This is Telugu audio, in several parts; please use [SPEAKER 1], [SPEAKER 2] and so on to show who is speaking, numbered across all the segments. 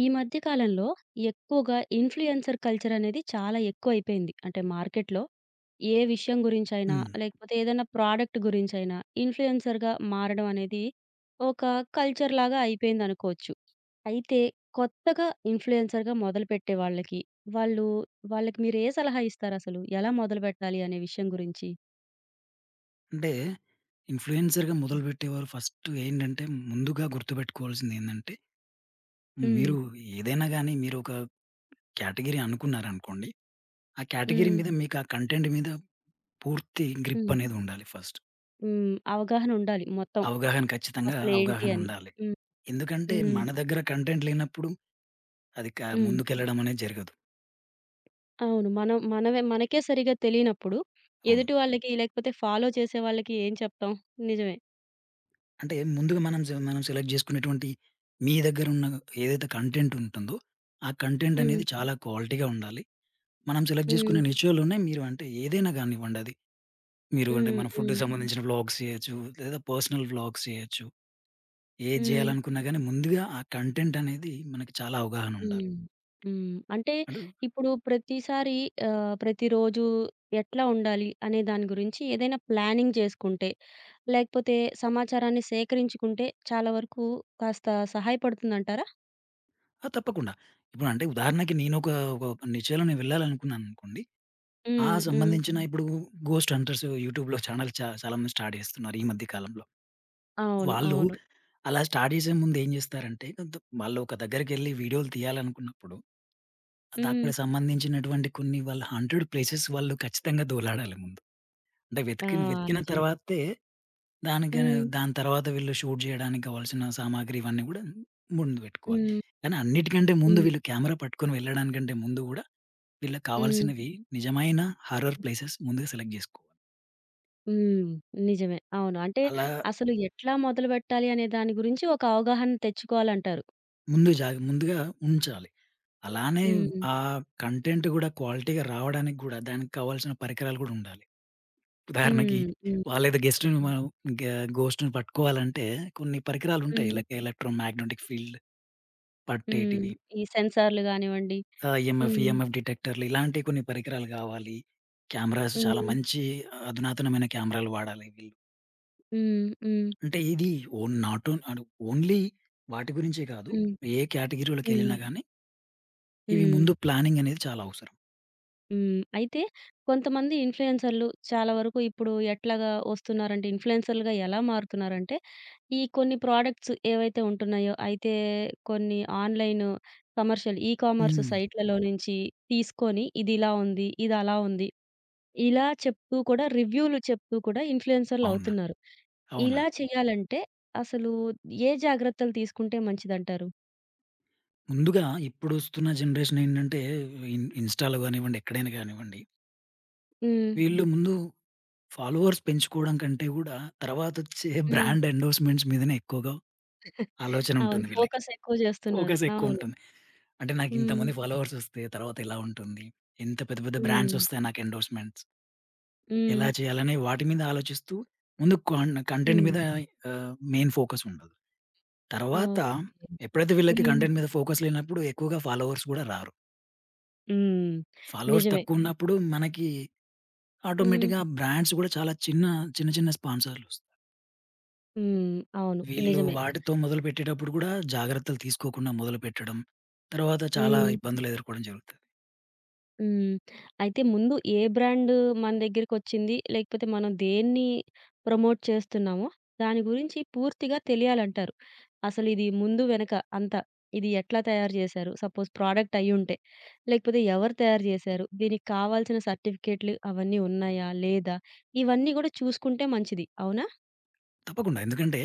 [SPEAKER 1] ఈ మధ్య కాలంలో ఎక్కువగా ఇన్‌ఫ్లుయెన్సర్ కల్చర్ అనేది చాలా ఎక్కువైపోయింది. అంటే మార్కెట్‌లో ఏ విషయం గురించైనా,
[SPEAKER 2] హ్మ్.
[SPEAKER 1] లేకపోతే ఏదైనా ప్రోడక్ట్ గురించైనా ఇన్‌ఫ్లుయెన్సర్‌గా మారడం అనేది ఒక కల్చర్‌లాగా అయిపోయిందనుకోవచ్చు. అయితే కొత్తగా ఇన్‌ఫ్లుయెన్సర్‌గా మొదలుపెట్టే వాళ్ళకి, వాళ్ళు వాళ్ళకి మీరు ఏ సలహా ఇస్తారసలు? ఎలా మొదలుపెట్టాలి అనే విషయం గురించి?
[SPEAKER 2] అంటే ఇన్‌ఫ్లుయెన్సర్‌గా
[SPEAKER 1] హ్మ్.
[SPEAKER 2] మొదలుపెట్టేవారు ఫస్ట్ ఏంటంటే, ముందుగా గుర్తుపెట్టుకోవాల్సిందేందంటే,
[SPEAKER 1] హ్మ్.
[SPEAKER 2] మీరు ఏదైనా గానీ మీరొక కేటగరీ అనుకున్నారనుకోండి. ఆ కేటగరీ
[SPEAKER 1] హ్మ్.
[SPEAKER 2] మీద మీకు ఆ కంటెంట్ మీద పూర్తి గ్రిప్
[SPEAKER 1] హ్మ్.
[SPEAKER 2] అనేదుండాలి ఫస్ట్.
[SPEAKER 1] హ్మ్. అవగాహనుండాలి మొత్తం.
[SPEAKER 2] అవగాహన ఖచ్చితంగా
[SPEAKER 1] అసలేంటి అని.
[SPEAKER 2] అవగాహనుండాలి.
[SPEAKER 1] హ్మ్.
[SPEAKER 2] ఎందుకంటే
[SPEAKER 1] హ్మ్.
[SPEAKER 2] మన దగ్గర కంటెంట్ లేనప్పుడు అది
[SPEAKER 1] హ్మ్.
[SPEAKER 2] ముందుకెళ్ళడం అనేది జరగదు.
[SPEAKER 1] అవును. మనం మనవే మనకే సరిగ్గా తెలియనప్పుడు,
[SPEAKER 2] అవును.
[SPEAKER 1] ఎదుటి వాళ్ళకి లేకపోతే ఫాలో చేసే వాళ్ళకి ఏం చెప్తాం? నిజమే.
[SPEAKER 2] అంటే ముందుగా మనం సెలెక్ట్ చేసుకునేటువంటి మీ దగ్గరున్న ఏదైతే కంటెంట్ ఉంటుందో, ఆ కంటెంట్
[SPEAKER 1] హ్మ్.
[SPEAKER 2] అనేది చాలా క్వాలిటీగా ఉండాలి. మనం సెలెక్ట్
[SPEAKER 1] హ్మ్.
[SPEAKER 2] జేసుకునే నిశ్చయాలున్నాయి. మీరు అంటే ఏదైనా గానివ్వండి అది. మీరు అంటే
[SPEAKER 1] హ్మ్.
[SPEAKER 2] మన ఫుడ్‌కి
[SPEAKER 1] హ్మ్.
[SPEAKER 2] సంబంధించిన వ్లాగ్స్ చేయొచ్చు, లేదా పర్సనల్ వ్లాగ్స్ చేయొచ్చు. ఏది
[SPEAKER 1] హ్మ్.
[SPEAKER 2] జేయాలనుకున్నా గాని ముందుగా ఆ కంటెంట్ అనేది మనకి చాలా అవగాహన ఉండాలి.
[SPEAKER 1] హ్మ్. హ్మ్. అంటే
[SPEAKER 2] అంటే
[SPEAKER 1] ఇప్పుడు ప్రతిసారి ప్రతిరోజు ఎట్లా ఉండాలి అనే దాని గురించి ఏదైనా ప్లానింగ్ చేసుకుంటే, లేకపోతే సమాచారాన్ని సేకరించుకుంటే చాలా వరకు కాస్త సహాయపడుతుందంటారా?
[SPEAKER 2] ఆ! తప్పకుండా. ఇప్పుడు అంటే ఉదాహరణకి నేనొక ఒక ఒక నిశ్చయాలు నేను వెళ్ళాలనుకున్నాననుకోండి. ఆ
[SPEAKER 1] హ్మ్. హ్మ్.
[SPEAKER 2] సంబంధించిన ఇప్పుడు గోస్ట్ హంటర్స్ యూట్యూబ్‌లో ఛానెల్ చాలామంది స్టార్ట్ జేస్తున్నారు ఈ మధ్య కాలంలో.
[SPEAKER 1] అవును.
[SPEAKER 2] వాళ్ళు
[SPEAKER 1] అవును.
[SPEAKER 2] అలా స్టార్ట్ జేసే ముందు ఏం జేస్తారంటే, కొంత వాళ్ళు ఒక దగ్గరికెళ్లి వీడియోలు తీయాలనుకున్నప్పుడు
[SPEAKER 1] హ్మ్.
[SPEAKER 2] అదక్కడ సంబంధించినటువంటి కొన్ని వాళ్ళ 100 ప్లేసెస్ వాళ్ళు ఖచ్చితంగా దోలాడాలి ముందు. అంటే
[SPEAKER 1] ఆ!
[SPEAKER 2] వెతికిన వెతికిన ఓకే.
[SPEAKER 1] నిజమే.
[SPEAKER 2] తర్వాతే దానికి
[SPEAKER 1] హ్మ్.
[SPEAKER 2] దాని తర్వాత వీళ్ళు షూట్ జేయడానికి కావాల్సిన సామాగ్రి ఇవన్నీ గూడా ముందు పెట్టుకోవాలి.
[SPEAKER 1] హ్మ్.
[SPEAKER 2] కానీ అన్నిటికంటే ముందు
[SPEAKER 1] హ్మ్.
[SPEAKER 2] వీళ్ళు కెమెరా పట్టుకొని వెళ్ళడానికంటే ముందు గూడా వీళ్ళకి
[SPEAKER 1] హ్మ్.
[SPEAKER 2] కావాల్సినవి నిజమైన హారర్ ప్లేసెస్ ముందుగా సెలెక్ట్ జేసుకోవాలి.
[SPEAKER 1] హ్మ్. నిజమే. అవును. అంటే
[SPEAKER 2] అలా
[SPEAKER 1] అసలు ఎట్లా మొదలుపెట్టాలి అనే దాని గురించి ఒక అవగాహన తెచ్చుకోవాలంటారు.
[SPEAKER 2] ముందుగా ఉంచాలి. అలానే
[SPEAKER 1] హ్మ్.
[SPEAKER 2] ఆ కంటెంట్ గూడా క్వాలిటీగా రావడానికి గూడా దానికి కావాల్సిన పరికరాలు గూడా ఉండాలి. ఉదాహరణకి
[SPEAKER 1] హ్మ్. హ్మ్.
[SPEAKER 2] వాళ్ళేదో గెస్ట్‌ని మనం గె ఘోస్ట్‌ని పట్టుకోవాలంటే కొన్ని పరికరాలుంటాయి.
[SPEAKER 1] హ్మ్.
[SPEAKER 2] లైక్ ఎలక్ట్రో మాగ్నెటిక్ ఫీల్డ్
[SPEAKER 1] హ్మ్.
[SPEAKER 2] పట్టేటివి.
[SPEAKER 1] ఈ సెన్సార్‌లు గానివ్వండి.
[SPEAKER 2] ఈఎంఎఫ్,
[SPEAKER 1] హ్మ్.
[SPEAKER 2] ఈఎంఎఫ్ డిటెక్టర్‌లు ఇలాంటి కొన్ని పరికరాలు కావాలి. కెమెరాస్ చాలా
[SPEAKER 1] హ్మ్.
[SPEAKER 2] మంచి అధునాతనమైన కెమెరాలు వాడాలి వీళ్ళు.
[SPEAKER 1] హ్మ్. హ్మ్.
[SPEAKER 2] అంటే ఇది ఓన్ నాట్ ఓన్ అను ఓన్లీ వాటి గురించే కాదు.
[SPEAKER 1] హ్మ్.
[SPEAKER 2] ఏ
[SPEAKER 1] హ్మ్.
[SPEAKER 2] కేటగిరీలోకెళ్ళినా గానీ ఇవి
[SPEAKER 1] హ్మ్.
[SPEAKER 2] ముందు ప్లానింగ్ అనేది చాలా అవసరం.
[SPEAKER 1] హ్మ్. అయితే కొంతమంది ఇన్‌ఫ్లుయెన్సర్‌లు చాలా వరకు ఇప్పుడు ఎట్లాగా వస్తున్నారంటే, ఇన్‌ఫ్లుయెన్సర్‌లుగా ఎలా మారుతున్నారంటే, ఈ కొన్ని ప్రొడక్ట్స్ ఏవైతే ఉంటున్నాయో, అయితే కొన్ని ఆన్‌లైన్ కమర్షియల్ ఈ కామర్స్
[SPEAKER 2] హ్మ్.
[SPEAKER 1] సైట్‌లలో నుంచి తీసుకొని, ఇదిలా ఉంది, ఇదలా ఉంది, ఇలా చెప్తూ కూడా రివ్యూలు చెప్తూ కూడా ఇన్‌ఫ్లుయెన్సర్‌లు
[SPEAKER 2] అవునండి.
[SPEAKER 1] అవుతున్నారు. ఇలా
[SPEAKER 2] అవునండి.
[SPEAKER 1] చేయాలంటే అసలు ఏ జాగ్రత్తలు తీసుకుంటే మంచిదంటారు?
[SPEAKER 2] ముందుగా ఇప్పుడొస్తున్న జనరేషన్ ఏంటంటే ఇన్‌స్టాలో గానివ్వండి, ఎక్కడైనా గానివ్వండి
[SPEAKER 1] హ్మ్.
[SPEAKER 2] వీళ్ళు ముందు ఫాలోవర్స్ పెంచుకోవడం కంటే గూడా, తర్వాతొచ్చే
[SPEAKER 1] హ్మ్.
[SPEAKER 2] బ్రాండ్ ఎండోర్స్‌మెంట్స్ మీదనే ఎక్కువగా
[SPEAKER 1] అవును.
[SPEAKER 2] ఆలోచనుంటుంది వీళ్ళకి.
[SPEAKER 1] ఫోకస్ ఎక్కువ జేస్తున్నారు.
[SPEAKER 2] ఫోకస్
[SPEAKER 1] అవును.
[SPEAKER 2] ఎక్కువుంటుంది. అంటే
[SPEAKER 1] హ్మ్.
[SPEAKER 2] నాకింతమంది ఫాలోవర్సొస్తే తర్వాత ఎలా ఉంటుంది? ఎంత పెద్ద పెద్ద
[SPEAKER 1] హ్మ్.
[SPEAKER 2] బ్రాండ్సొస్తాయి నాకు ఎండోర్స్‌మెంట్స్? ఎలా
[SPEAKER 1] హ్మ్.
[SPEAKER 2] చేయాలనే వాటి మీద ఆలోచిస్తూ ముందు కంటెంట్
[SPEAKER 1] హ్మ్.
[SPEAKER 2] మీద మెయిన్ ఫోకసుండదు. తర్వాత
[SPEAKER 1] ఓహ్!
[SPEAKER 2] ఎప్పుడైతే వీళ్ళకి
[SPEAKER 1] హ్మ్.
[SPEAKER 2] కంటెంట్ మీద ఫోకస్ లేనప్పుడు ఎక్కువగా ఫాలోవర్స్ గూడా రారు.
[SPEAKER 1] హ్మ్.
[SPEAKER 2] ఫాలోవర్స్
[SPEAKER 1] నిజమే.
[SPEAKER 2] తక్కువున్నప్పుడు మనకి
[SPEAKER 1] హ్మ్.
[SPEAKER 2] ఆటోమేటిక్‌గా బ్రాండ్స్ గూడా చాలా చిన్న, చిన్న స్పాన్సర్‌లొస్తాయి.
[SPEAKER 1] హ్మ్. అవును.
[SPEAKER 2] వీళ్ళు
[SPEAKER 1] నిజమే.
[SPEAKER 2] వాటితో మొదలుపెట్టేటప్పుడు కూడా జాగ్రత్తలు తీసుకోకుండా మొదలుపెట్టడం, తర్వాత చాలా
[SPEAKER 1] హ్మ్.
[SPEAKER 2] ఇబ్బందులు ఎదుర్కోవడం జరుగుతది.
[SPEAKER 1] హ్మ్. అయితే ముందు ఏ బ్రాండ్ మన దగ్గరికొచ్చింది? లేకపోతే మనం దేన్ని ప్రమోట్ చేస్తున్నామో దాని గురించి పూర్తిగా తెలియాలంటారు. అసలిది ముందు వెనక అంతా. ఇది ఎట్లా తయారు జేశారు? సపోజ్ ప్రొడక్ట్ అయ్యుంటే. లేకపోతే ఎవరు తయారు జేశారు? దీనికి కావాల్సిన సర్టిఫికేట్లు అవన్నీ ఉన్నాయా? లేదా? ఇవన్నీ గూడా చూసుకుంటే మంచిది. అవునా?
[SPEAKER 2] తప్పకుండా. ఎందుకంటే,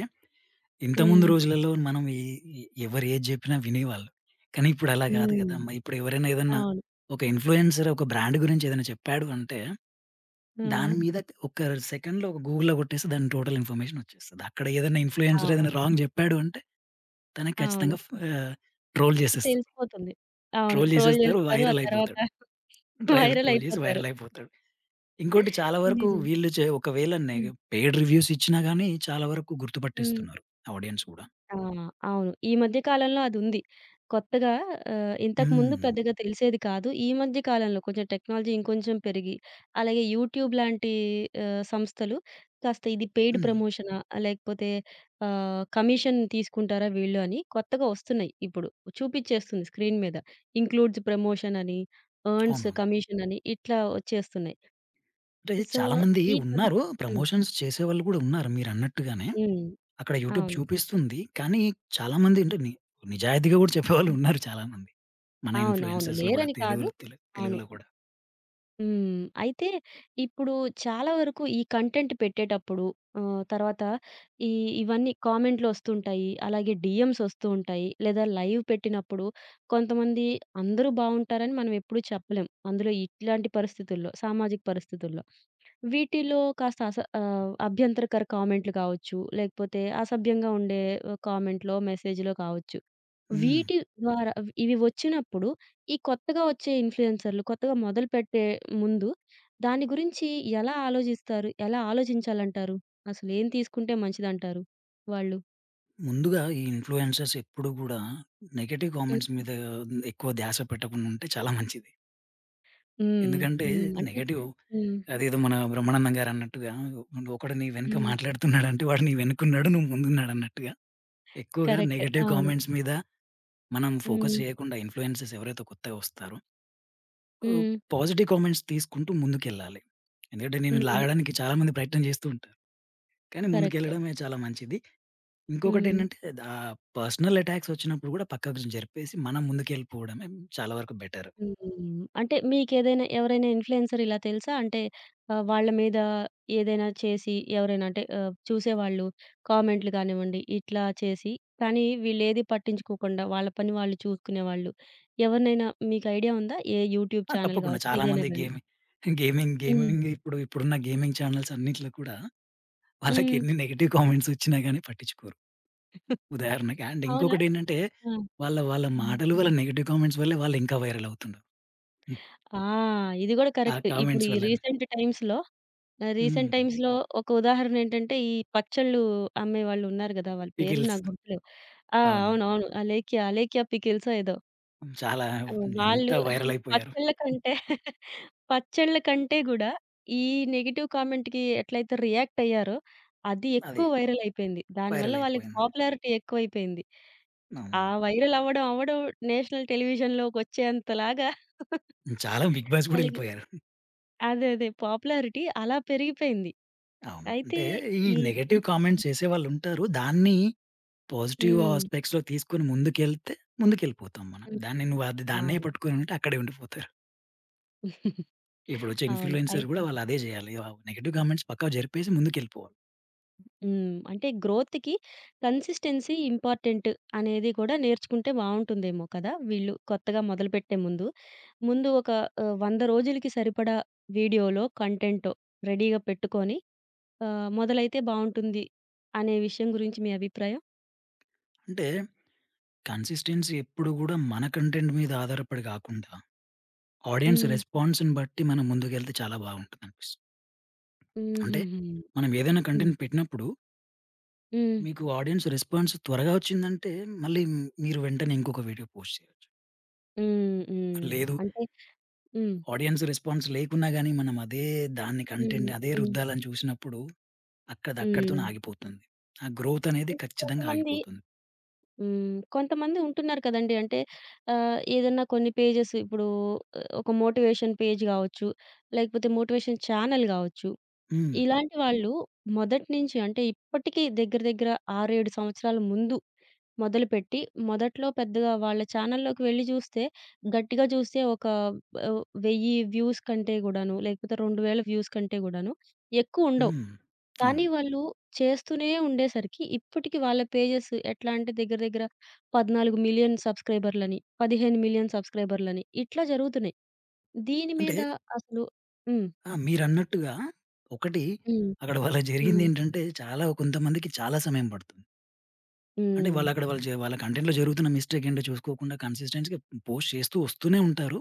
[SPEAKER 2] ఇంతకుముందు
[SPEAKER 1] హ్మ్.
[SPEAKER 2] రోజులలో మనం ఈ ఈ ఎవరు ఏది జెప్పినా వినేవాళ్ళు. కానీ ఇప్పుడు అలా గాదు
[SPEAKER 1] హ్మ్.
[SPEAKER 2] గదా! ఇప్పుడు ఎవరైనా ఏదన్నా
[SPEAKER 1] అవును.
[SPEAKER 2] ఒక ఇన్‌ఫ్లుయెన్సర్ ఒక బ్రాండ్ గురించి ఏదైనా చెప్పాడు అంటే,
[SPEAKER 1] ఆ!
[SPEAKER 2] దాని మీద ఒక సెకండ్‌లో ఒక గూగుల్‌లో కొట్టేస్తే దాని టోటల్ ఇన్ఫర్మేషన్ వచ్చేస్తది. అక్కడ ఏదైనా ఇన్‌ఫ్లుయెన్సర్
[SPEAKER 1] అవును.
[SPEAKER 2] ఏదైనా రాంగ్ జెప్పాడు అంటే, తనకి
[SPEAKER 1] అవును.
[SPEAKER 2] ఖచ్చితంగా ట్రోల్ జేసేస్తారు.
[SPEAKER 1] తెలిసిపోతుంది. అవును.
[SPEAKER 2] ట్రోల్
[SPEAKER 1] ట్రోల్
[SPEAKER 2] జేసేస్తారు
[SPEAKER 1] జేస్తారు. ఆ
[SPEAKER 2] వైరల్
[SPEAKER 1] తర్వాత
[SPEAKER 2] అయిపోతాడు.
[SPEAKER 1] వైరల్
[SPEAKER 2] ట్రోల్ జేసి
[SPEAKER 1] అయిపోతారు.
[SPEAKER 2] వైరల్ అయిపోతాడు. ఇంకోటి చాలా వరకు
[SPEAKER 1] నిజమే.
[SPEAKER 2] వీళ్ళు చే ఒకవేళ నెగ
[SPEAKER 1] హ్మ్.
[SPEAKER 2] పెయిడ్ రివ్యూస్ ఇచ్చినా గాని చాలా వరకు
[SPEAKER 1] హ్మ్.
[SPEAKER 2] గుర్తుపట్టేస్తున్నారు ఆడియన్స్ గూడా.
[SPEAKER 1] ఆ! అవును. ఈ మధ్య కాలంలో అదుంది. కొత్తగా ఇంతకుముందు
[SPEAKER 2] హ్మ్.
[SPEAKER 1] పెద్దగా తెలిసేది కాదు. ఈ మధ్య కాలంలో కొంచెం టెక్నాలజీ ఇంకొంచెం పెరిగి, అలాగే యూట్యూబ్ లాంటి సంస్థలు కాస్త ఇది పెయిడ్
[SPEAKER 2] హ్మ్.
[SPEAKER 1] ప్రమోషనా? లేకపోతే కమిషన్ తీసుకుంటారా వీళ్ళు అని కొత్తగా వస్తున్నాయి ఇప్పుడు. చూపిచ్చేస్తుంది స్క్రీన్ మీద. ఇంక్లూడ్స్ ప్రమోషన్ అని, ఎర్న్స్
[SPEAKER 2] అవునవును.
[SPEAKER 1] కమిషన్ అని ఇట్లా వచ్చేస్తున్నాయి.
[SPEAKER 2] అంటే
[SPEAKER 1] సో,
[SPEAKER 2] చాలా మంది
[SPEAKER 1] ఈ పద్
[SPEAKER 2] ఉన్నారు.
[SPEAKER 1] హ్మ్.
[SPEAKER 2] ప్రమోషన్స్ చేసేవాళ్ళు గూడా ఉన్నారు మీరన్నట్టుగానే.
[SPEAKER 1] హ్మ్.
[SPEAKER 2] అక్కడ యూట్యూబ్
[SPEAKER 1] అవును.
[SPEAKER 2] చూపిస్తుంది. కానీ చాలా మంది అంటే నిజాయితీగా గూడా చెప్పేవాళ్ళు ఉన్నారు చాలా మంది. మన
[SPEAKER 1] అవునవును.
[SPEAKER 2] ఇన్‌ఫ్లుయెన్సర్స్‌లో గూడా
[SPEAKER 1] లేరని కాదు. అవును.
[SPEAKER 2] తెలుగులో గూడా.
[SPEAKER 1] హ్మ్. అయితే ఇప్పుడు చాలా వరకు ఈ కంటెంట్ పెట్టేటప్పుడు తర్వాత ఈ ఇవన్నీ కామెంట్‌లొస్తుంటాయి. అలాగే డీఎమ్స్ ఒస్తూ ఉంటాయి. లేదా లైవ్ పెట్టినప్పుడు కొంతమంది అందరూ బావుంటారని మనం ఎప్పుడూ చెప్పలేం. అందులో ఇట్లాంటి పరిస్థితుల్లో, సామాజిక పరిస్థితుల్లో. వీటిలో కాస్త అభ్యంతరకర కామెంట్‌లు కావచ్చు, లేకపోతే అసభ్యంగా ఉండే కామెంట్‌లో, మెసేజ్‌లో కావచ్చు.
[SPEAKER 2] హ్మ్.
[SPEAKER 1] వీటి ద్వారా ఇవి వచ్చినప్పుడు, ఈ కొత్తగా వచ్చే ఇన్‌ఫ్లూయెన్సర్‌లు కొత్తగా మొదలుపెట్టే ముందు దాని గురించి ఎలా ఆలోచిస్తారు? ఎలా ఆలోచించాలంటారు? అసలేం తీసుకుంటే మంచిదంటారు వాళ్ళు?
[SPEAKER 2] ముందుగా ఈ ఇన్‌ఫ్లుయెన్సర్స్ ఎప్పుడు గూడా నెగెటివ్
[SPEAKER 1] హ్మ్.
[SPEAKER 2] కామెంట్స్ మీద ఎక్కువ ధ్యాస పెట్టకుండా ఉంటే చాలా మంచిది.
[SPEAKER 1] హ్మ్.
[SPEAKER 2] ఎందుకంటే
[SPEAKER 1] హ్మ్. అంటే
[SPEAKER 2] నెగెటివ్
[SPEAKER 1] హ్మ్.
[SPEAKER 2] అదేదో మన బ్రహ్మానందం గారన్నట్టుగా ఒకడు నీ వెనక
[SPEAKER 1] హ్మ్.
[SPEAKER 2] మాట్లాడుతున్నాడంటే వాడు నీ వెనకున్నాడు. నువ్వు ముందున్నాడన్నట్టుగా. ఎక్కువగా
[SPEAKER 1] కరెక్ట్.
[SPEAKER 2] నెగెటివ్
[SPEAKER 1] అవును.
[SPEAKER 2] కామెంట్స్ మీద మనం ఫోకస్
[SPEAKER 1] హ్మ్.
[SPEAKER 2] చేయకుండా ఇన్‌ఫ్లుయెన్సర్స్ ఎవరైతే కొత్తగా వస్తారో ఆహ్,
[SPEAKER 1] హ్మ్.
[SPEAKER 2] పాజిటివ్ కామెంట్స్ తీసుకుంటూ ముందుకెళ్ళాలి. ఎందుకంటే నేను
[SPEAKER 1] హ్మ్.
[SPEAKER 2] లాగడానికి చాలా మంది ప్రయత్నం చేస్తూ ఉంటారు. కానీ
[SPEAKER 1] కరెక్టే.
[SPEAKER 2] ముందుకెళ్ళడమే చాలా మంచిది.
[SPEAKER 1] హ్మ్.
[SPEAKER 2] ఇంకొకటేంటంటే ఆహ్, పర్సనల్ అటాక్స్ వచ్చినప్పుడు కూడా పక్కకు జరిపేసి మనం ముందుకెళ్ళిపోవడమే చాలా వరకు బెటర్.
[SPEAKER 1] హ్మ్. అంటే మీకేదైనా ఎవరైనా ఇన్‌ఫ్లుయెన్సర్ ఇలా తెలుసా? అంటే వాళ్ళ మీద ఏదైనా చేసి ఎవరైనా అంటే చూసేవాళ్ళు కామెంట్‌లు గానివ్వండి, ఇట్లా చేసి కానీ వీళ్ళేది పట్టించుకోకుండా వాళ్ళ పని వాళ్ళు చూసుకునేవాళ్ళు. ఎవరినైనా మీకు ఐడియా ఉందా? ఏ యూట్యూబ్
[SPEAKER 2] ఆ!
[SPEAKER 1] ఛానెల్
[SPEAKER 2] తప్పకుండా.
[SPEAKER 1] గావచ్చు ఏదైనా
[SPEAKER 2] చాలామంది
[SPEAKER 1] గాని?
[SPEAKER 2] గేమింగ్,
[SPEAKER 1] హ్మ్.
[SPEAKER 2] ఇప్పుడున్న గేమింగ్ ఛానెల్స్ అన్నిట్లో కూడా వాళ్ళకి
[SPEAKER 1] హ్మ్.
[SPEAKER 2] ఎన్ని నెగెటివ్ కామెంట్స్ వచ్చినా గాని పట్టించుకోరు. ఉదాహరణకి అండ్
[SPEAKER 1] అవునా?
[SPEAKER 2] ఇంకొకటేంటంటే
[SPEAKER 1] ఆ!
[SPEAKER 2] వాళ్ళ
[SPEAKER 1] ఆ!
[SPEAKER 2] మాటలు వాళ్ళ నెగెటివ్ కామెంట్స్ వల్లే వాళ్ళు ఇంకా వైరల్ అవుతున్నారు. హ్మ్.
[SPEAKER 1] ఆ! ఇది గూడా
[SPEAKER 2] ఆ
[SPEAKER 1] కరెక్ట్. ఇప్పుడు
[SPEAKER 2] కామెంట్స్
[SPEAKER 1] ఈ
[SPEAKER 2] వల్లనే.
[SPEAKER 1] రీసెంట్ టైమ్స్‌లో ఆహ్, రీసెంట్
[SPEAKER 2] హ్మ్.
[SPEAKER 1] టైమ్స్‌లో ఒక ఉదాహరణేంటంటే, ఈ పచ్చళ్ళు అమ్మేవాళ్ళున్నారు గదా! వాళ్ళ పేర్లు
[SPEAKER 2] పికిల్స్
[SPEAKER 1] నాకు గుర్తులేవు. ఆ!
[SPEAKER 2] అవును.
[SPEAKER 1] అవునవును. అలేఖ్య, అలేఖ్య పికిల్సో ఏదో.
[SPEAKER 2] చాలా
[SPEAKER 1] ఆ!
[SPEAKER 2] ఎంత
[SPEAKER 1] వాళ్ళు
[SPEAKER 2] వైరల్ అయిపోయారు.
[SPEAKER 1] పచ్చళ్ళ కంటే పచ్చళ్ళ కంటే గూడా ఈ నెగెటివ్ కామెంట్‌కి ఎట్లయితే రియాక్ట్ అయ్యారో, అది
[SPEAKER 2] అది
[SPEAKER 1] ఎక్కువ వైరల్ అయిపోయింది. దానివల్ల
[SPEAKER 2] వైరల్
[SPEAKER 1] వాళ్ళకి
[SPEAKER 2] అయిపోయింది.
[SPEAKER 1] పాపులారిటీ ఎక్కువైపోయింది. ఆ
[SPEAKER 2] అవును.
[SPEAKER 1] వైరల్ అవ్వడం నేషనల్ టెలివిజన్‌లోకొచ్చేంతలాగా
[SPEAKER 2] చాలా బిగ్ బాస్ కూడా
[SPEAKER 1] వాళ్ళకి
[SPEAKER 2] వెళ్ళిపోయారు.
[SPEAKER 1] అదే. అదే. పాపులారిటీ అలా పెరిగిపోయింది.
[SPEAKER 2] అవును.
[SPEAKER 1] అయితే
[SPEAKER 2] అంటే ఈ
[SPEAKER 1] ఈ
[SPEAKER 2] నెగెటివ్ కామెంట్స్ చేసేవాళ్ళుంటారు. దాన్ని పాజిటివ్
[SPEAKER 1] హ్మ్.
[SPEAKER 2] ఆస్పెక్ట్స్‌లో తీసుకొని ముందుకెళ్తే ముందుకెళ్ళిపోతాం మనం.
[SPEAKER 1] హ్మ్.
[SPEAKER 2] దాన్ని నువ్వు అది దాన్నే
[SPEAKER 1] అవును.
[SPEAKER 2] పట్టుకొని ఉంటే అక్కడే ఉండిపోతారు. ఇప్పుడొచ్చే
[SPEAKER 1] అవును. అయి
[SPEAKER 2] ఇన్‌ఫ్లుయెన్సర్ గూడా వాళ్ళు అదే జేయాలి. నెగెటివ్ కామెంట్స్ పక్కా జరిపేసి ముందుకెళ్ళిపోవాలి.
[SPEAKER 1] హ్మ్. అంటే గ్రోత్‌కి కన్సిస్టెన్సీ ఇంపార్టెంట్ అనేది కూడా నేర్చుకుంటే బావుంటుందేమో కదా! వీళ్ళు కొత్తగా మొదలుపెట్టే ముందు. ముందు ఒక 100 రోజులకి సరిపడా వీడియోలో, కంటెంటో రెడీగా పెట్టుకొని మొదలైతే బావుంటుంది అనే విషయం గురించి మీ అభిప్రాయం?
[SPEAKER 2] అంటే కన్సిస్టెన్సీ ఎప్పుడు గూడా మన కంటెంట్ మీద ఆధారపడి గాకుండా, ఆడియన్స్
[SPEAKER 1] హ్మ్.
[SPEAKER 2] రెస్పాన్స్‌ని బట్టి మనం ముందుకెళ్తే చాలా బావుంటుందనిపిస్తుంది. అంటే
[SPEAKER 1] హుహుహు.
[SPEAKER 2] మనం ఏదైనా
[SPEAKER 1] హ్మ్.
[SPEAKER 2] కంటెంట్ పెట్టినప్పుడు
[SPEAKER 1] హ్మ్.
[SPEAKER 2] మీకు ఆడియన్స్ రెస్పాన్స్ త్వరగా వచ్చిందంటే మళ్ళీ మీరు వెంటనే ఇంకొక వీడియో పోస్ట్ చేయొచ్చు.
[SPEAKER 1] హ్మ్. హ్మ్.
[SPEAKER 2] లేదు
[SPEAKER 1] అంటే హ్మ్.
[SPEAKER 2] ఆడియన్స్ రెస్పాన్స్ లేకున్నా గానీ, మనం అదే దాన్ని కంటెంట్
[SPEAKER 1] హ్మ్.
[SPEAKER 2] అదే
[SPEAKER 1] హ్మ్.
[SPEAKER 2] రుద్దాలని చూసినప్పుడు, అక్కడిది
[SPEAKER 1] హ్మ్.
[SPEAKER 2] అక్కడితోనే ఆగిపోతుంది. ఆ గ్రోత్ అనేది
[SPEAKER 1] అంటే
[SPEAKER 2] ఖచ్చితంగా
[SPEAKER 1] కొంతమంది
[SPEAKER 2] ఆగిపోతుంది.
[SPEAKER 1] హ్మ్. కొంతమంది ఉంటున్నారు కదండీ! అంటే ఏదన్నా కొన్ని పేజెస్ ఇప్పుడు ఆ, ఒక మోటివేషన్ పేజ్ గావచ్చు, లేకపోతే మోటివేషన్ ఛానెల్ గావచ్చు.
[SPEAKER 2] హ్మ్.
[SPEAKER 1] ఇలాంటి వాళ్ళు మొదటి నుంచి అంటే ఇప్పటికి దగ్గర దగ్గర 6, 7 సంవత్సరాల ముందు మొదలుపెట్టి, మొదట్లో పెద్దగా వాళ్ళ ఛానెల్‌లోకి వెళ్లి చూస్తే, గట్టిగా చూస్తే ఒక ఆహ్, 1000 వ్యూస్ కంటే గూడాను, లేకపోతే 2000 వ్యూస్ కంటే గూడాను ఎక్కువుండవు.
[SPEAKER 2] హ్మ్.
[SPEAKER 1] కానీ
[SPEAKER 2] అవును.
[SPEAKER 1] వాళ్ళు చేస్తూనే ఉండేసరికి ఇప్పటికి వాళ్ళ పేజెస్ ఎట్లా అంటే దగ్గర దగ్గర 14,000,000 సబ్‌స్క్రైబర్‌లని, 15,000,000 సబ్‌స్క్రైబర్‌లని ఇట్లా జరుగుతున్నాయి. దీని
[SPEAKER 2] అంటే
[SPEAKER 1] మీద అసలు హ్మ్.
[SPEAKER 2] ఆ! మీరన్నట్టుగా ఒకటి
[SPEAKER 1] హ్మ్.
[SPEAKER 2] అక్కడ వాళ్ళకి
[SPEAKER 1] హ్మ్.
[SPEAKER 2] జరిగిందేంటంటే, చాలా కొంతమందికి చాలా సమయం పడుతుంది. అంటే
[SPEAKER 1] హ్మ్.
[SPEAKER 2] వాళ్ళక్కడ వాళ్ళు జ వాళ్ళ కంటెంట్‌లో జరుగుతున్న మిస్టేక్ ఏంటో చూసుకోకుండా కన్సిస్టెన్సీ‌గా పోస్ట్ చేస్తూ వస్తూనే ఉంటారు.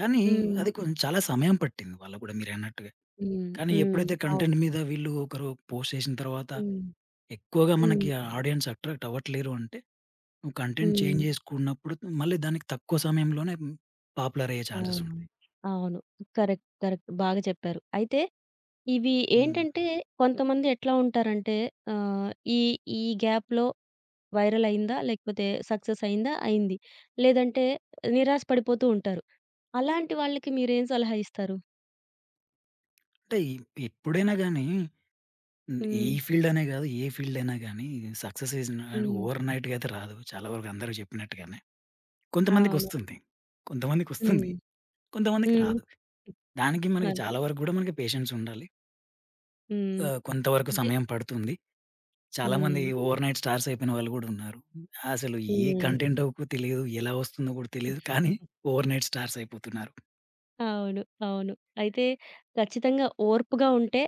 [SPEAKER 2] కానీ
[SPEAKER 1] హ్మ్.
[SPEAKER 2] అది కొంచెం చాలా సమయం పట్టింది వాళ్ళకి గూడా మీరన్నట్టుగా.
[SPEAKER 1] హ్మ్.
[SPEAKER 2] కానీ
[SPEAKER 1] హ్మ్.
[SPEAKER 2] ఎప్పుడైతే
[SPEAKER 1] అవును.
[SPEAKER 2] కంటెంట్ మీద వీళ్ళు ఒకరు పోస్ట్ చేసిన తర్వాత
[SPEAKER 1] హ్మ్.
[SPEAKER 2] ఎక్కువగా
[SPEAKER 1] హ్మ్.
[SPEAKER 2] మనకి ఆ ఆడియన్స్ అట్రాక్ట్ అవ్వట్లేరు అంటే, నువ్వు కంటెంట్
[SPEAKER 1] హ్మ్.
[SPEAKER 2] చేంజ్ చేసుకున్నప్పుడు మళ్ళీ దానికి తక్కువ సమయంలోనే పాపులర్ అయ్యే
[SPEAKER 1] ఆ!
[SPEAKER 2] ఛాన్సెస్ ఉంటాయి.
[SPEAKER 1] అవును. కరెక్ట్. కరెక్ట్. బాగా చెప్పారు. అయితే ఇవి
[SPEAKER 2] హ్మ్.
[SPEAKER 1] ఏంటంటే కొంతమంది ఎట్లా ఉంటారంటే ఆహ్, ఈ ఈ గ్యాప్‌లో వైరల్ అయిందా? లేకపోతే సక్సెస్ అయిందా? అయింది. లేదంటే నిరాశ పడిపోతూ ఉంటారు. అలాంటి వాళ్ళకి మీరేం సలహా ఇస్తారు?
[SPEAKER 2] అంటే ఎప్పుడైనా గాని ఈ
[SPEAKER 1] హ్మ్.
[SPEAKER 2] ఫీల్డ్ అనే కాదు ఏ ఫీల్డ్ అయినా గాని success is not
[SPEAKER 1] hmm.
[SPEAKER 2] Over నైట్‌గా అయితే రాదు. చాలా వరకు అందరూ చెప్పినట్టుగానే.
[SPEAKER 1] అవును.
[SPEAKER 2] కొంతమందికొస్తుంది. కొంతమందికొస్తుంది. కొంతమందికి వస్తుంది,
[SPEAKER 1] హ్మ్.
[SPEAKER 2] కొంతమందికి
[SPEAKER 1] హ్మ్.
[SPEAKER 2] రాదు. దానికి మనకి
[SPEAKER 1] అది.
[SPEAKER 2] చాలా వరకు కూడా మనకి పేషెన్స్ ఉండాలి.
[SPEAKER 1] హ్మ్.
[SPEAKER 2] కొంతవరకు
[SPEAKER 1] అంటే
[SPEAKER 2] సమయం పడుతుంది. చాలామంది
[SPEAKER 1] హ్మ్.
[SPEAKER 2] ఓవర్‌నైట్ స్టార్స్ అయిపోయిన వాళ్ళు గూడా ఉన్నారు. అసలు ఏ
[SPEAKER 1] హ్మ్.
[SPEAKER 2] కంటెంటో కూడా తెలియదు. ఎలా వస్తుందో కూడా తెలీదు. కానీ ఓవర్‌నైట్ స్టార్స్ అయిపోతున్నారు.
[SPEAKER 1] అవును. అవును. అయితే ఖచ్చితంగా ఓర్పుగా ఉంటే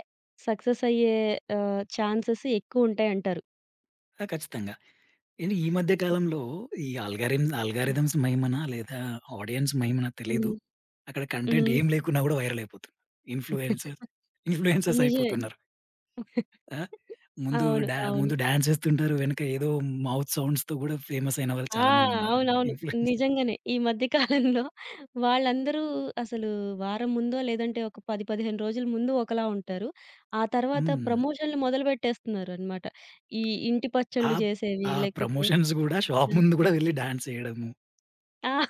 [SPEAKER 1] సక్సెస్ అయ్యే ఛాన్సెస్ ఎక్కువుంటాయంటారు.
[SPEAKER 2] ఆ! ఖచ్చితంగా. ఏండి ఈ మధ్య కాలంలో ఈ
[SPEAKER 1] హ్మ్.
[SPEAKER 2] ఆల్గారిథమ్స్ మహిమనా? లేదా ఆడియన్స్ మహిమనా తెలీదు. అక్కడ కంటెంట్
[SPEAKER 1] హ్మ్.
[SPEAKER 2] ఏం లేకున్నా గూడా వైరల్ అయిపోతున్నారు. ఇన్‌ఫ్లుయెన్సర్ ఇన్‌ఫ్లుయెన్సర్స్
[SPEAKER 1] నిజమే.
[SPEAKER 2] అయిపోతున్నారు. ఆ!
[SPEAKER 1] అవును. అవును.
[SPEAKER 2] ముందు డాన్స్ ఏస్తుంటారు. వెనక ఏదో మౌత్ సౌండ్స్‌తో గూడా ఫేమస్ అయిన వాళ్ళు
[SPEAKER 1] ఆ!
[SPEAKER 2] చాలామందున్నారు.
[SPEAKER 1] అవునవును.
[SPEAKER 2] ఇన్‌ఫ్లుయెన్స్
[SPEAKER 1] నిజంగానే. ఈ మధ్య కాలంలో వాళ్ళందరూ అసలు వారం ముందో, లేదంటే ఒక 10, 15 రోజుల ముందు ఒకలా ఉంటారు. ఆ తర్వాత
[SPEAKER 2] హ్మ్.
[SPEAKER 1] ప్రమోషన్‌లు మొదలుపెట్టేస్తున్నారనమాట. ఈ ఇంటి
[SPEAKER 2] ఆ
[SPEAKER 1] పచ్చళ్ళు చేసేవి,
[SPEAKER 2] ఆ
[SPEAKER 1] లేకపోతే
[SPEAKER 2] ప్రమోషన్స్ గూడా షాప్
[SPEAKER 1] ఇట్లాంటి
[SPEAKER 2] ముందు గూడా వెళ్లి డాన్స్ చేయడము.
[SPEAKER 1] ఆ!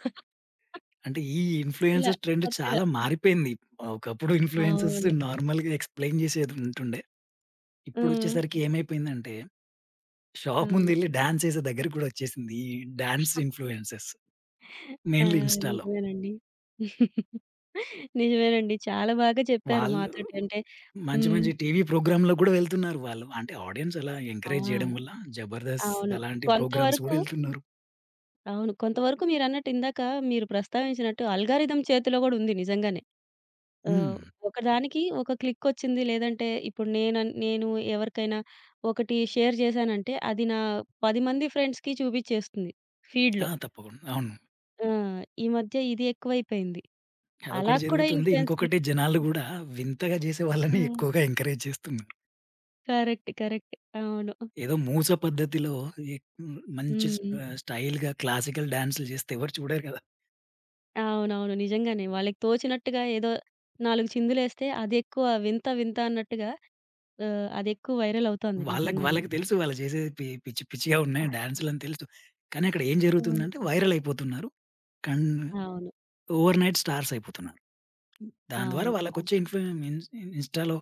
[SPEAKER 2] అంటే ఈ
[SPEAKER 1] ఇలా
[SPEAKER 2] ఇన్‌ఫ్లుయెన్సర్స్ ట్రెండ్
[SPEAKER 1] కొత్తగా.
[SPEAKER 2] చాలా మారిపోయింది. ఒకప్పుడు ఇన్‌ఫ్లుయెన్సర్స్
[SPEAKER 1] అవును.
[SPEAKER 2] నార్మల్‌గా ఎక్స్‌ప్లెయిన్ చేసేది ఉంటుండే.
[SPEAKER 1] హ్మ్.
[SPEAKER 2] ఇప్పుడొచ్చేసరికి ఏమైపోయిందంటే, షాప్
[SPEAKER 1] అవును.
[SPEAKER 2] ముందెళ్లి డాన్స్ ఏసే దగ్గరికి కూడా వచ్చేసింది. ఈ డాన్స్ ఇన్‌ఫ్లుయెన్సర్స్.
[SPEAKER 1] ఆ!
[SPEAKER 2] మెయిన్‌లీ ఇన్‌స్టాలో.
[SPEAKER 1] నిజమేనండి. నిజమేనండి. చాలా బాగా చెప్పారు
[SPEAKER 2] వాళ్ళు
[SPEAKER 1] మాతోటి. అంటే
[SPEAKER 2] మంచి
[SPEAKER 1] హ్మ్.
[SPEAKER 2] మంచి టీవీ ప్రోగ్రామ్‌లో కూడా వెళ్తున్నారు వాళ్ళు. అంటే ఆడియన్స్ అలా
[SPEAKER 1] ఆ!
[SPEAKER 2] ఎంకరేజ్ చేయడం వల్ల 'జబర్దస్త్'
[SPEAKER 1] అవును.
[SPEAKER 2] అలాంటి ప్రోగ్రామ్స్
[SPEAKER 1] కొంతవరకు
[SPEAKER 2] కూడా ఎళ్తున్నారు.
[SPEAKER 1] అవును. కొంతవరకు మీరన్నట్టు ఇందాక మీరు ప్రస్తావించినట్టు అల్గారిథం చేతిలో గూడా ఉంది నిజంగానే. ఆహ్,
[SPEAKER 2] హ్మ్.
[SPEAKER 1] ఒకదానికి ఒక క్లిక్కొచ్చింది లేదంటే ఇప్పుడు నేను ఎవరికైనా ఒకటి షేర్ చేశానంటే అది నా 10 మంది ఫ్రెండ్స్‌కి చూపిచ్చేస్తుంది
[SPEAKER 2] ఆ!
[SPEAKER 1] ఫీడ్‌లో.
[SPEAKER 2] తప్పకుండా. అవును.
[SPEAKER 1] ఆ! ఈ మధ్య ఇది ఎక్కువైపోయింది. అలా
[SPEAKER 2] అదొకటి
[SPEAKER 1] కూడా
[SPEAKER 2] జరుగుతుంది.
[SPEAKER 1] ఇన్‌ఫ్లుయెన్సర్లు
[SPEAKER 2] ఇంకొకటి జనాలు గూడా వింతగా చేసే
[SPEAKER 1] ఆ!
[SPEAKER 2] వాళ్ళని ఎక్కువగా ఎంకరేజ్ చేస్తున్నారు.
[SPEAKER 1] కరెక్ట్. కరెక్ట్. అవును.
[SPEAKER 2] ఏదో మూస పద్ధతిలో ఈ హ్మ్, మంచి స్
[SPEAKER 1] హ్మ్.
[SPEAKER 2] ఆహ్, స్టైల్‌గా క్లాసికల్ డాన్సులు చేస్తే ఎవరు చూడరు కదా!
[SPEAKER 1] అవునవును. నిజంగానే. వాళ్ళకి తోచినట్టుగా ఏదో 4 చిందులేస్తే అదెక్కువ వింత వింత అన్నట్టుగా అదెక్కువ వైరల్ అవుతోంది
[SPEAKER 2] వాళ్ళకి
[SPEAKER 1] నిజంగానే.
[SPEAKER 2] వాళ్ళకి తెలుసు వాళ్ళు చేసేది పిచ్చి పిచ్చిగా ఉన్నాయి డాన్సులని తెలుసు. కానీ అక్కడ ఏం
[SPEAKER 1] అవును.
[SPEAKER 2] జరుగుతుందంటే వైరల్ అయిపోతున్నారు. కన్
[SPEAKER 1] అవును.
[SPEAKER 2] ఓవర్‌నైట్ స్టార్స్ అయిపోతున్నారు. దాని ద్వారా
[SPEAKER 1] అవును. అవును.
[SPEAKER 2] వాళ్ళకొచ్చే ఇన్‌ఫ్లు ఇన్ ఇన్‌స్టా‌లో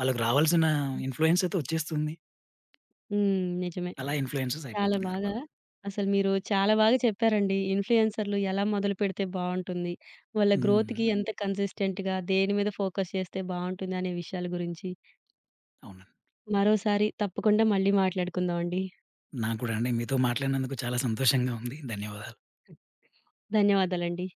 [SPEAKER 2] వాళ్ళకి రావాల్సిన ఇన్‌ఫ్లుయెన్స్ అయితే వచ్చేస్తుంది.
[SPEAKER 1] హ్మ్. నిజమే.
[SPEAKER 2] అలా ఇన్‌ఫ్లుయెన్సర్స్
[SPEAKER 1] చాలా
[SPEAKER 2] అయిపోతున్నారు
[SPEAKER 1] బాగా
[SPEAKER 2] వాళ్ళు.
[SPEAKER 1] అసలు మీరు చాలా బాగా చెప్పారండి. ఇన్‌ఫ్లుయెన్సర్‌లు ఎలా మొదలుపెడితే బావుంటుంది, వాళ్ళ
[SPEAKER 2] హ్మ్.
[SPEAKER 1] గ్రోత్‌కి ఎంత కన్సిస్టెంట్‌గా దేని మీద ఫోకస్ చేస్తే బావుంటుంది అనే విషయాల గురించి.
[SPEAKER 2] అవునండి.
[SPEAKER 1] మరోసారి తప్పకుండా మళ్ళీ మాట్లాడుకుందాం అండి.
[SPEAKER 2] నాకు కూడా అండి మీతో మాట్లాడినందుకు చాలా సంతోషంగా ఉంది. ధన్యవాదాలు.
[SPEAKER 1] ధన్యవాదాలండి.